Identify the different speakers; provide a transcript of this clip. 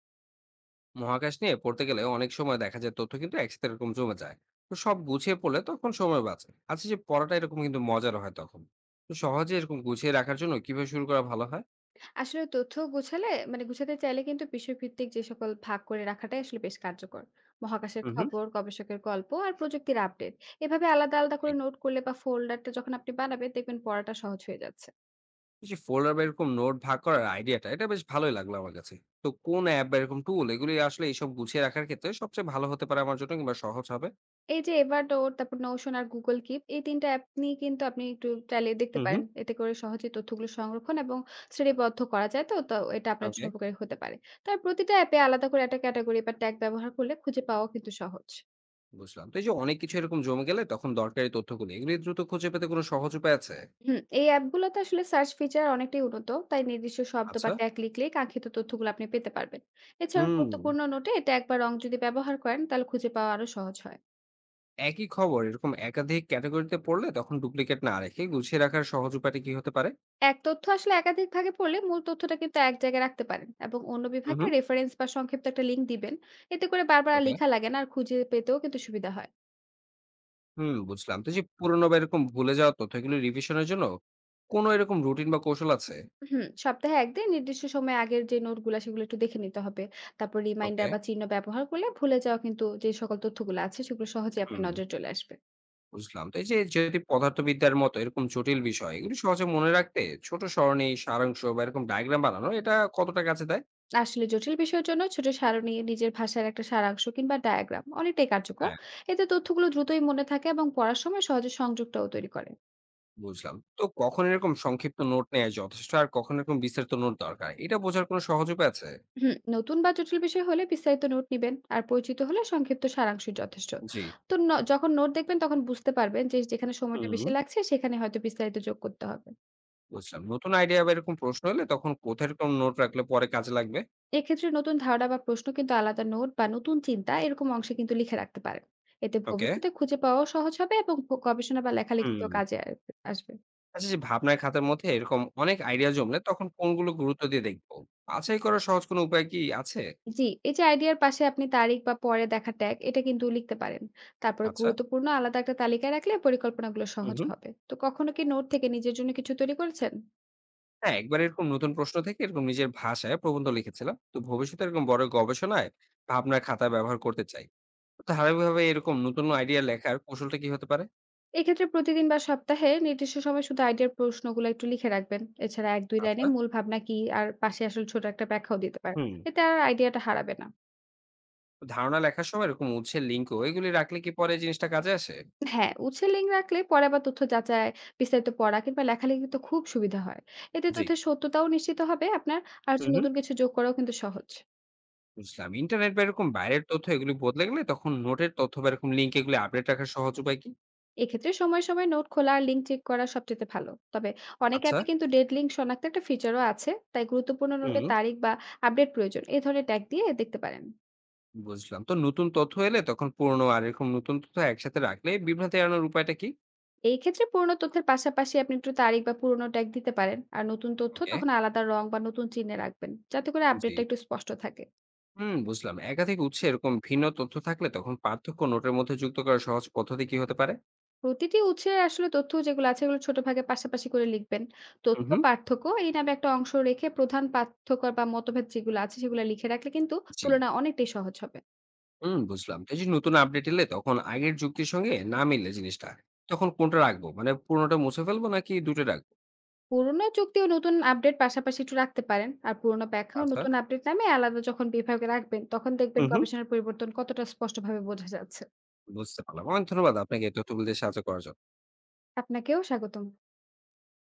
Speaker 1: মহাকাশ নিয়ে পড়তে গেলে অনেক সময় দেখা যায় তথ্য কিন্তু একসাথে এরকম জমে যায়। তো সব গুছিয়ে পড়লে তখন সময় বাঁচে, আচ্ছা, যে পড়াটা এরকম কিন্তু মজার হয় তখন। তো সহজে এরকম গুছিয়ে রাখার জন্য কিভাবে শুরু করা ভালো হয়?
Speaker 2: আসলে তথ্য গোছালে মানে গুছাতে চাইলে কিন্তু বিষয়ভিত্তিক যে সকল ভাগ করে রাখাটাই আসলে বেশ কার্যকর। মহাকাশের
Speaker 1: হুম, হুম।
Speaker 2: খবর, গবেষকের গল্প আর প্রযুক্তির আপডেট এভাবে আলাদা আলাদা
Speaker 1: জি।
Speaker 2: করে নোট করলে বা ফোল্ডারটা যখন আপনি বানাবেন দেখবেন পড়াটা সহজ হয়ে যাচ্ছে।
Speaker 1: এই যে ফোল্ডার বা এরকম নোট ভাগ করার আইডিয়াটা, এটা বেশ ভালোই লাগলো আমার কাছে। তো কোন অ্যাপ বা এরকম টুল এগুলি আসলে এইসব গুছিয়ে রাখার ক্ষেত্রে সবচেয়ে ভালো হতে পারে আমার জন্য, কিংবা সহজ হবে?
Speaker 2: এই যে এভারডোর, তারপর নোশন আর গুগল কিপ, এই তিনটা অ্যাপ নিয়ে কিন্তু আপনি একটু চাইলে দেখতে
Speaker 1: হুম, হুম।
Speaker 2: পারেন। এতে করে সহজে তথ্যগুলো সংরক্ষণ এবং শ্রেণীবদ্ধ করা যায়, তো তো এটা আপনার
Speaker 1: ওকে।
Speaker 2: জন্য উপকারী হতে পারে। তার প্রতিটা অ্যাপে আলাদা করে একটা ক্যাটাগরি বা ট্যাগ ব্যবহার করলে খুঁজে পাওয়া কিন্তু সহজ।
Speaker 1: বুঝলাম, তো এই যে অনেক কিছু এরকম জমে গেলে তখন দরকারি তথ্যগুলি এগুলি দ্রুত খুঁজে পেতে কোনো সহজ উপায় আছে?
Speaker 2: হুম, এই অ্যাপগুলোতে আসলে সার্চ ফিচার অনেকটাই উন্নত, তাই নির্দিষ্ট শব্দ বা
Speaker 1: আচ্ছা।
Speaker 2: ট্যাগ লিখলেই কাঙ্ক্ষিত তথ্যগুলো আপনি পেতে পারবেন। এছাড়াও
Speaker 1: হুম।
Speaker 2: গুরুত্বপূর্ণ নোটে ট্যাগ বা রং যদি ব্যবহার করেন, তাহলে খুঁজে পাওয়া আরো সহজ হয়।
Speaker 1: একই খবর এরকম একাধিক ক্যাটাগরিতে পড়লে তখন ডুপ্লিকেট না রেখে গুছিয়ে রাখার সহজ উপায়টা কি হতে পারে?
Speaker 2: এক তথ্য আসলে একাধিক ভাগে পড়লে মূল তথ্যটা কিন্তু এক জায়গায় রাখতে পারেন এবং অন্য
Speaker 1: হুম,
Speaker 2: বিভাগে
Speaker 1: হুম।
Speaker 2: রেফারেন্স বা সংক্ষিপ্ত একটা লিঙ্ক দিবেন। এতে করে বারবার আর
Speaker 1: ওকে।
Speaker 2: লেখা লাগে না, আর খুঁজে পেতেও কিন্তু সুবিধা হয়।
Speaker 1: হুম, বুঝলাম, তো এই যে পুরনো বা এরকম ভুলে যাওয়া তথ্যগুলো রিভিশনের জন্য কোনো এরকম রুটিন বা কৌশল আছে?
Speaker 2: হুম, সপ্তাহে একদিন নির্দিষ্ট সময়ে আগের যে নোটগুলা সেগুলো একটু দেখে নিতে হবে। তারপর
Speaker 1: ওকে।
Speaker 2: রিমাইন্ডার বা চিহ্ন ব্যবহার করলে ভুলে যাওয়া কিন্তু যে সকল তথ্যগুলো আছে সেগুলো সহজেই আপনার
Speaker 1: হুম।
Speaker 2: নজরে চলে আসবে।
Speaker 1: বুঝলাম, তো এই যে যদি পদার্থবিদ্যার মতো এরকম জটিল বিষয় এগুলো সহজে মনে রাখতে ছোট সরণি, সারাংশ বা এরকম ডায়াগ্রাম বানানো, এটা কতটা কাছে দেয়?
Speaker 2: আসলে জটিল বিষয়ের জন্য ছোট সারণী, নিজের ভাষার একটা সারাংশ কিংবা ডায়াগ্রাম অনেকটাই কার্যকর।
Speaker 1: হ্যাঁ।
Speaker 2: এতে তথ্যগুলো দ্রুতই মনে থাকে এবং পড়ার সময় সহজে সংযোগটাও তৈরি করে।
Speaker 1: বুঝলাম, তো কখন এরকম সংক্ষিপ্ত নোট নেওয়া যথেষ্ট আর কখন এরকম বিস্তারিত নোট দরকার, এটা বোঝার কোনো সহজ উপায় আছে?
Speaker 2: হুম, নতুন বা জটিল বিষয় হলে বিস্তারিত নোট নিবেন আর পরিচিত হলে সংক্ষিপ্ত সারাংশ যথেষ্ট।
Speaker 1: জি।
Speaker 2: তো যখন নোট দেখবেন তখন বুঝতে পারবেন যে যেখানে সময়টা
Speaker 1: হুম,
Speaker 2: বেশি লাগছে সেখানে হয়তো বিস্তারিত যোগ করতে হবে।
Speaker 1: বুঝলাম। নতুন আইডিয়া বা এরকম প্রশ্ন হলে তখন কোথায় এরকম নোট রাখলে পরে কাজে লাগবে?
Speaker 2: এক্ষেত্রে নতুন ধারণা বা প্রশ্ন কিন্তু আলাদা নোট বা নতুন চিন্তা এরকম অংশে কিন্তু লিখে রাখতে পারেন। এতে
Speaker 1: ওকে।
Speaker 2: ভবিষ্যতে খুঁজে পাওয়াও সহজ হবে এবং গবেষণা বা
Speaker 1: হুম।
Speaker 2: লেখালেখিতেও কাজে আসবে।
Speaker 1: আচ্ছা, যে ভাবনার খাতার মধ্যে এরকম অনেক আইডিয়া জমলে তখন কোনগুলো গুরুত্ব দিয়ে দেখবো? বাছাই করার সহজ কোনো উপায় কি আছে?
Speaker 2: জি, এই যে আইডিয়ার পাশে আপনি তারিখ বা পরে দেখা ট্যাগ এটা কিন্তু লিখতে পারেন। তারপরে
Speaker 1: আচ্ছা।
Speaker 2: গুরুত্বপূর্ণ আলাদা একটা তালিকায় রাখলে পরিকল্পনাগুলো
Speaker 1: হুম,
Speaker 2: সহজ
Speaker 1: হুম।
Speaker 2: হবে। তো কখনো কি নোট থেকে নিজের জন্য কিছু তৈরি করেছেন?
Speaker 1: হ্যাঁ, একবার এরকম নতুন প্রশ্ন থেকে এরকম নিজের ভাষায় প্রবন্ধ লিখেছিলাম। তো ভবিষ্যতে এরকম বড় গবেষণায় ভাবনার খাতা ব্যবহার করতে চাই। তো ধারাবাহিকভাবে এরকম নতুন আইডিয়া লেখার কৌশলটা কি হতে পারে?
Speaker 2: এক্ষেত্রে প্রতিদিন বা সপ্তাহে নির্দিষ্ট সময় শুধু আইডিয়ার প্রশ্নগুলো একটু লিখে রাখবেন। এছাড়া ১-২ লাইনে
Speaker 1: আচ্ছা।
Speaker 2: মূল ভাবনা কি আর পাশে আসলে ছোট একটা ব্যাখ্যাও দিতে পারেন।
Speaker 1: হুম।
Speaker 2: এতে আর আইডিয়াটা হারাবে না।
Speaker 1: ধারণা লেখার সময় এরকম উৎসের লিঙ্ক এগুলি রাখলে কি পরে জিনিসটা কাজে আসে?
Speaker 2: হ্যাঁ, উৎসের লিঙ্ক রাখলে পরে আবার তথ্য যাচাই, বিস্তারিত পড়া কিংবা লেখালেখি তো খুব সুবিধা হয়। এতে
Speaker 1: জি।
Speaker 2: তথ্যের সত্যতাও নিশ্চিত হবে আপনার, আর যে নতুন কিছু যোগ করাও কিন্তু সহজ।
Speaker 1: বুঝলাম। ইন্টারনেট বা এরকম বাইরের তথ্য এগুলি বদলে গেলে তখন নোটের তথ্য বা এরকম লিঙ্ক এগুলি আপডেট রাখার সহজ উপায় কি?
Speaker 2: এক্ষেত্রে সময়ে, সময়ে নোট খোলা আর লিঙ্ক চেক করা সবচেয়ে ভালো। তবে অনেক
Speaker 1: আচ্ছা।
Speaker 2: অ্যাপে কিন্তু ডেড লিঙ্ক শনাক্ত একটা ফিচারও আছে। তাই গুরুত্বপূর্ণ নোটের
Speaker 1: হুম,
Speaker 2: তারিখ বা আপডেট প্রয়োজন এ ধরনের ট্যাগ দিয়ে দেখতে পারেন।
Speaker 1: বুঝলাম। তো নতুন তথ্য এলে তখন পুরনো আর এরকম নতুন তথ্য একসাথে রাখলে বিভ্রান্তি এড়ানোর উপায়টা কি?
Speaker 2: এই ক্ষেত্রে পুরনো তথ্যের পাশাপাশি আপনি একটু তারিখ বা পুরনো ট্যাগ দিতে পারেন। আর নতুন তথ্য
Speaker 1: ওকে।
Speaker 2: তখন আলাদা রং বা নতুন চিহ্নে রাখবেন, যাতে করে
Speaker 1: জি।
Speaker 2: আপডেটটা একটু স্পষ্ট থাকে।
Speaker 1: হুম, বুঝলাম। একাধিক উৎসে এরকম ভিন্ন তথ্য থাকলে তখন পার্থক্য নোটের মধ্যে যুক্ত করার সহজ পদ্ধতি কি হতে পারে?
Speaker 2: প্রতিটি উৎসের আসলে তথ্য যেগুলো আছে এগুলো ছোট ভাগে পাশাপাশি করে লিখবেন।
Speaker 1: হুম,
Speaker 2: তথ্য
Speaker 1: হুম।
Speaker 2: পার্থক্য এই নামে একটা অংশ রেখে প্রধান পার্থক্য বা মতভেদ যেগুলো আছে সেগুলো লিখে রাখলে কিন্তু
Speaker 1: জি।
Speaker 2: তুলনা অনেকটাই সহজ হবে।
Speaker 1: হুম, বুঝলাম। তো এই যে নতুন আপডেট এলে তখন আগের যুক্তির সঙ্গে না মিললে জিনিসটা তখন কোনটা রাখবো? মানে পুরোনোটা মুছে ফেলবো নাকি দুটো রাখবো?
Speaker 2: পুরোনো যুক্তিও নতুন আপডেট পাশাপাশি একটু রাখতে পারেন। আর পুরোনো ব্যাখ্যা ও
Speaker 1: আচ্ছা।
Speaker 2: নতুন আপডেট নামে আলাদা যখন বিভাগে রাখবেন, তখন দেখবেন
Speaker 1: হুম, হুম।
Speaker 2: গবেষণার পরিবর্তন কতটা স্পষ্টভাবে বোঝা যাচ্ছে।
Speaker 1: বুঝতে পারলাম। অনেক ধন্যবাদ আপনাকে এই তথ্যগুলো দিয়ে সাহায্য করার জন্য।
Speaker 2: আপনাকেও স্বাগতম।